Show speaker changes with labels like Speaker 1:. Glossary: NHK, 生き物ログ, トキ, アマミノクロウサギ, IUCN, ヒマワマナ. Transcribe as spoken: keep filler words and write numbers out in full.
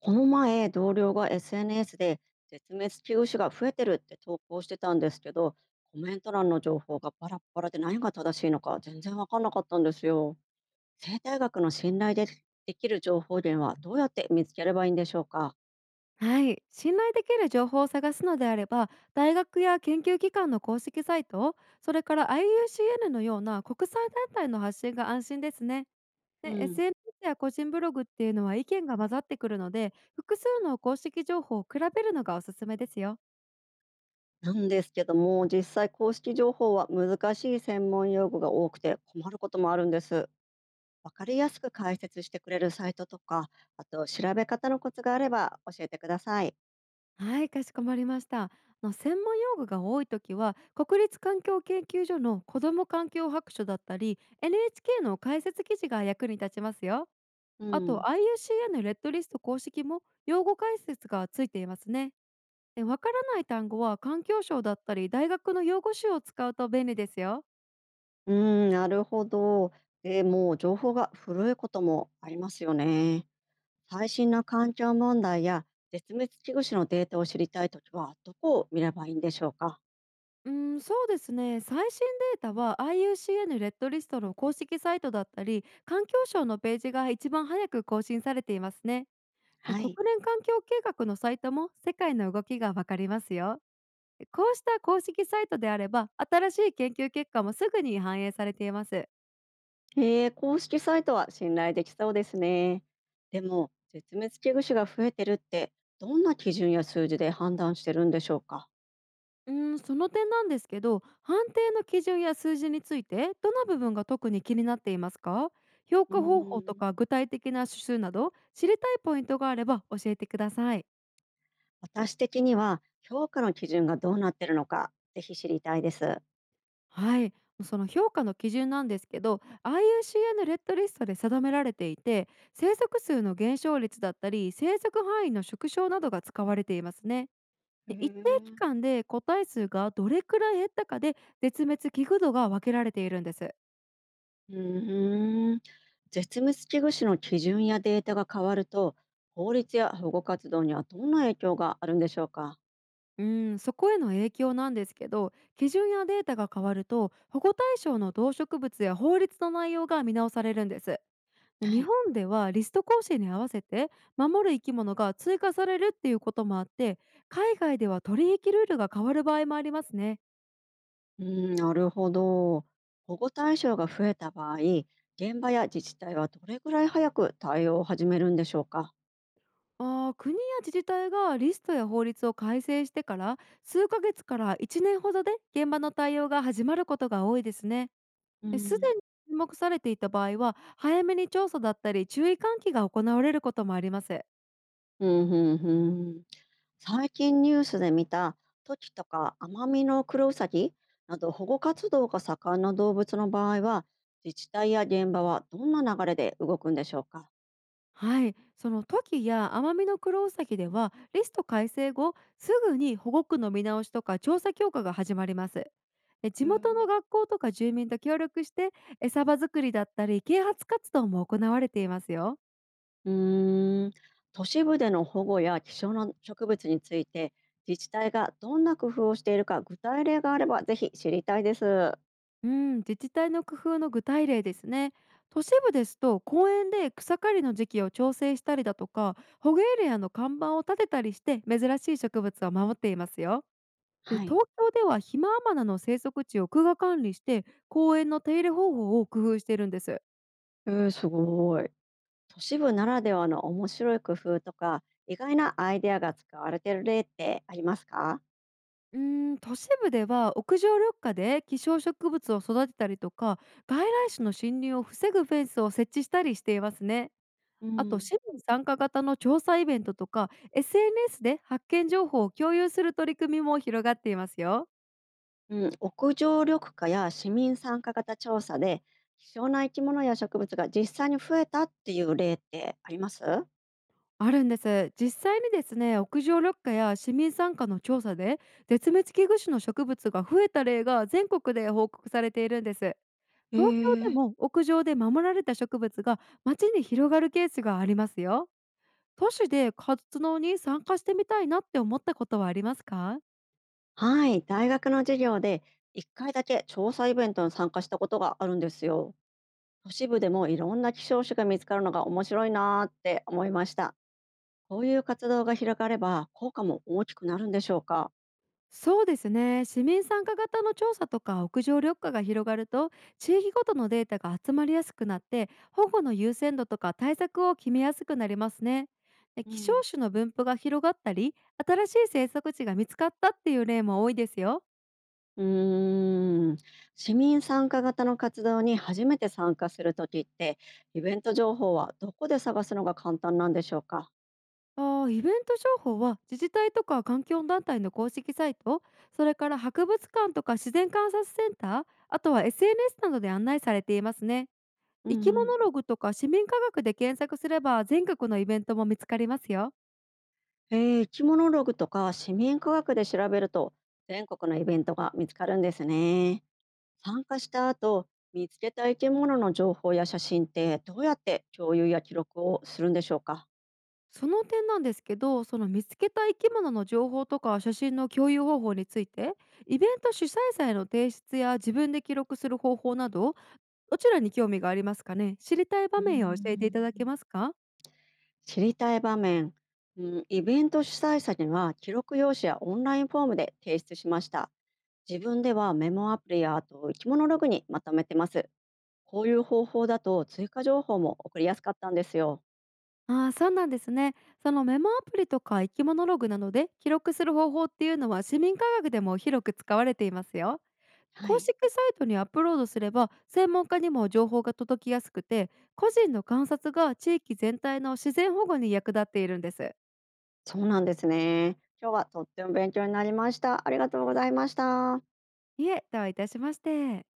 Speaker 1: この前、同僚が エスエヌエス で絶滅危惧種が増えてるって投稿してたんですけど、コメント欄の情報がバラッバラで何が正しいのか全然わかんなかったんですよ。生態学の信頼でできる情報源はどうやって見つければいいんでしょうか。
Speaker 2: はい、信頼できる情報を探すのであれば大学や研究機関の公式サイト、それから アイユーシーエヌ のような国際団体の発信が安心ですね。
Speaker 1: う
Speaker 2: で
Speaker 1: ん。
Speaker 2: エスエヌエス や個人ブログっていうのは意見が混ざってくるので、複数の公式情報を比べるのがおすすめですよ。
Speaker 1: なんですけども、実際公式情報は難しい専門用語が多くて困ることもあるんです。わかりやすく解説してくれるサイトとか、あと調べ方のコツがあれば教えてください。
Speaker 2: はい、かしこまりました。あの専門用語が多い時は国立環境研究所の子ども環境白書だったり エヌエイチケー の解説記事が役に立ちますよ。
Speaker 1: う
Speaker 2: あ
Speaker 1: ん。
Speaker 2: と アイユーシーエヌ レッドリスト公式も用語解説がついていますね。でわからない単語は環境省だったり大学の用語集を使うと便利ですよ。
Speaker 1: うーん、なるほど。えー、もう情報が古いこともありますよね。最新の環境問題や絶滅危惧種のデータを知りたいときは、どこを見ればいいんでしょうか。
Speaker 2: うん、そうですね。最新データは アイユーシーエヌ レッドリストの公式サイトだったり環境省のページが一番早く更新されていますね。で
Speaker 1: は
Speaker 2: 国
Speaker 1: い。
Speaker 2: 連環境計画のサイトも世界の動きがわかりますよ。こうした公式サイトであれば新しい研究結果もすぐに反映されています。
Speaker 1: えー、公式サイトは信頼できそうですね。でも、絶滅危惧種が増えてるって、どんな基準や数字で判断してるんでしょうか。
Speaker 2: うーん、その点なんですけど、判定の基準や数字について、どの部分が特に気になっていますか？評
Speaker 1: うー
Speaker 2: 価方法と
Speaker 1: ん。
Speaker 2: か具体的な指数など、知りたいポイントがあれば教えてください。
Speaker 1: 私的には、評価の基準がどうなってるのか、ぜひ知りたいです。
Speaker 2: はい、その評価の基準なんですけど、アイユーシーエヌ レッドリストで定められていて、生息数の減少率だったり、生息範囲の縮小などが使われていますね。
Speaker 1: へ
Speaker 2: で一定期
Speaker 1: え。
Speaker 2: 間で個体数がどれくらい減ったかで、絶滅危惧度が分けられているんです。
Speaker 1: うーん。絶滅危惧種の基準やデータが変わると、法律や保護活動にはどんな影響があるんでしょうか。
Speaker 2: うん、そこへの影響なんですけど、基準やデータが変わると保護対象の動植物や法律の内容が見直されるんです。で
Speaker 1: は
Speaker 2: 日
Speaker 1: い。
Speaker 2: 本ではリスト更新に合わせて守る生き物が追加されるっていうこともあって、海外では取引ルールが変わる場合もありますね。
Speaker 1: うーん、なるほど。保護対象が増えた場合、現場や自治体はどれぐらい早く対応を始めるんでしょうか。
Speaker 2: あー国や自治体がリストや法律を改正してから数ヶ月からいちねんほどで現場の対応が始まることが多いですね。
Speaker 1: う
Speaker 2: です
Speaker 1: ん。
Speaker 2: でに注目されていた場合は、早めに調査だったり注意喚起が行われることもあります。
Speaker 1: うん、うん、うん。最近ニュースで見たトキとかアマミノクロウサギなど保護活動が盛んな動物の場合は、自治体や現場はどんな流れで動くんでしょうか。
Speaker 2: はい、そのトキやアマミノクロウサギではリスト改正後すぐに保護区の見直しとか調査強化が始まります。で
Speaker 1: う
Speaker 2: 地元の
Speaker 1: ん。
Speaker 2: 学校とか住民と協力して餌場作りだったり啓発活動も行われていますよ。
Speaker 1: うーん、都市部での保護や希少な植物について、自治体がどんな工夫をしているか具体例があればぜひ知りたいです。
Speaker 2: うん、自治体の工夫の具体例ですね。都市部ですと公園で草刈りの時期を調整したりだとか保護エリアの看板を立てたりして珍しい植物を守っていますよ。で
Speaker 1: はい。
Speaker 2: 東京ではヒマワマナの生息地を区が管理して公園の手入れ方法を工夫しているんです。
Speaker 1: えー、すごい。都市部ならではの面白い工夫とか、意外なアイデアが使われている例ってありますか？
Speaker 2: うーん、都市部では屋上緑化で希少植物を育てたりとか外来種の侵入を防ぐフェンスを設置したりしていますね。
Speaker 1: う
Speaker 2: あと、
Speaker 1: ん。
Speaker 2: 市民参加型の調査イベントとか エスエヌエス で発見情報を共有する取り組みも広がっていますよ。
Speaker 1: うん、屋上緑化や市民参加型調査で、希少な生き物や植物が実際に増えたっていう例ってあります？
Speaker 2: あるんです、実際にですね、屋上緑化や市民参加の調査で絶滅危惧種の植物が増えた例が全国で報告されているんです。
Speaker 1: え
Speaker 2: 東京で
Speaker 1: ー
Speaker 2: も屋上で守られた植物が街に広がるケースがありますよ。都市で活動に参加してみたいなって思ったことはありますか？
Speaker 1: はい、大学の授業でいっかいだけ調査イベントに参加したことがあるんですよ。都市部でもいろんな希少種が見つかるのが面白いなーって思いました。こういう活動が広がれば効果も大きくなるんでしょうか？
Speaker 2: そうですね、市民参加型の調査とか屋上緑化が広がると地域ごとのデータが集まりやすくなって、保護の優先度とか対策を決めやすくなりますね。で
Speaker 1: う
Speaker 2: 希少
Speaker 1: ん、
Speaker 2: 種の分布が広がったり新しい生息地が見つかったっていう例も多いですよ。
Speaker 1: うーん、市民参加型の活動に初めて参加するときって、イベント情報はどこで探すのが簡単なんでしょうか？
Speaker 2: あーイベント情報は自治体とか環境団体の公式サイト、それから博物館とか自然観察センター、あとは エスエヌエス などで案内されていますね。
Speaker 1: う
Speaker 2: 生
Speaker 1: ん。
Speaker 2: き
Speaker 1: うん、
Speaker 2: 物ログとか市民科学で検索すれば全国のイベントも見つかりますよ。
Speaker 1: えー、生き物ログとか市民科学で調べると全国のイベントが見つかるんですね。参加した後、見つけた生き物の情報や写真ってどうやって共有や記録をするんでしょうか？
Speaker 2: その点なんですけど、その見つけた生き物の情報とか写真の共有方法について、イベント主催者への提出や自分で記録する方法など、どちらに興味がありますかね？知りたい場
Speaker 1: うー
Speaker 2: 面を教えていただけ
Speaker 1: ん、
Speaker 2: ますか？
Speaker 1: 知りたい場面、うん、イベント主催者には記録用紙やオンラインフォームで提出しました。自分ではメモアプリやあと生き物ログにまとめてます。こういう方法だと追加情報も送りやすかったんですよ。
Speaker 2: ああー、そうなんですね。そのメモアプリとか生き物ログなどで記録する方法っていうのは市民科学でも広く使われていますよ。
Speaker 1: は
Speaker 2: 公
Speaker 1: い、
Speaker 2: 式サイトにアップロードすれば専門家にも情報が届きやすくて、個人の観察が地域全体の自然保護に役立っているんです。
Speaker 1: そうなんですね。今日はとっても勉強になりました。ありがとうございました。
Speaker 2: いえ、どういたしまして。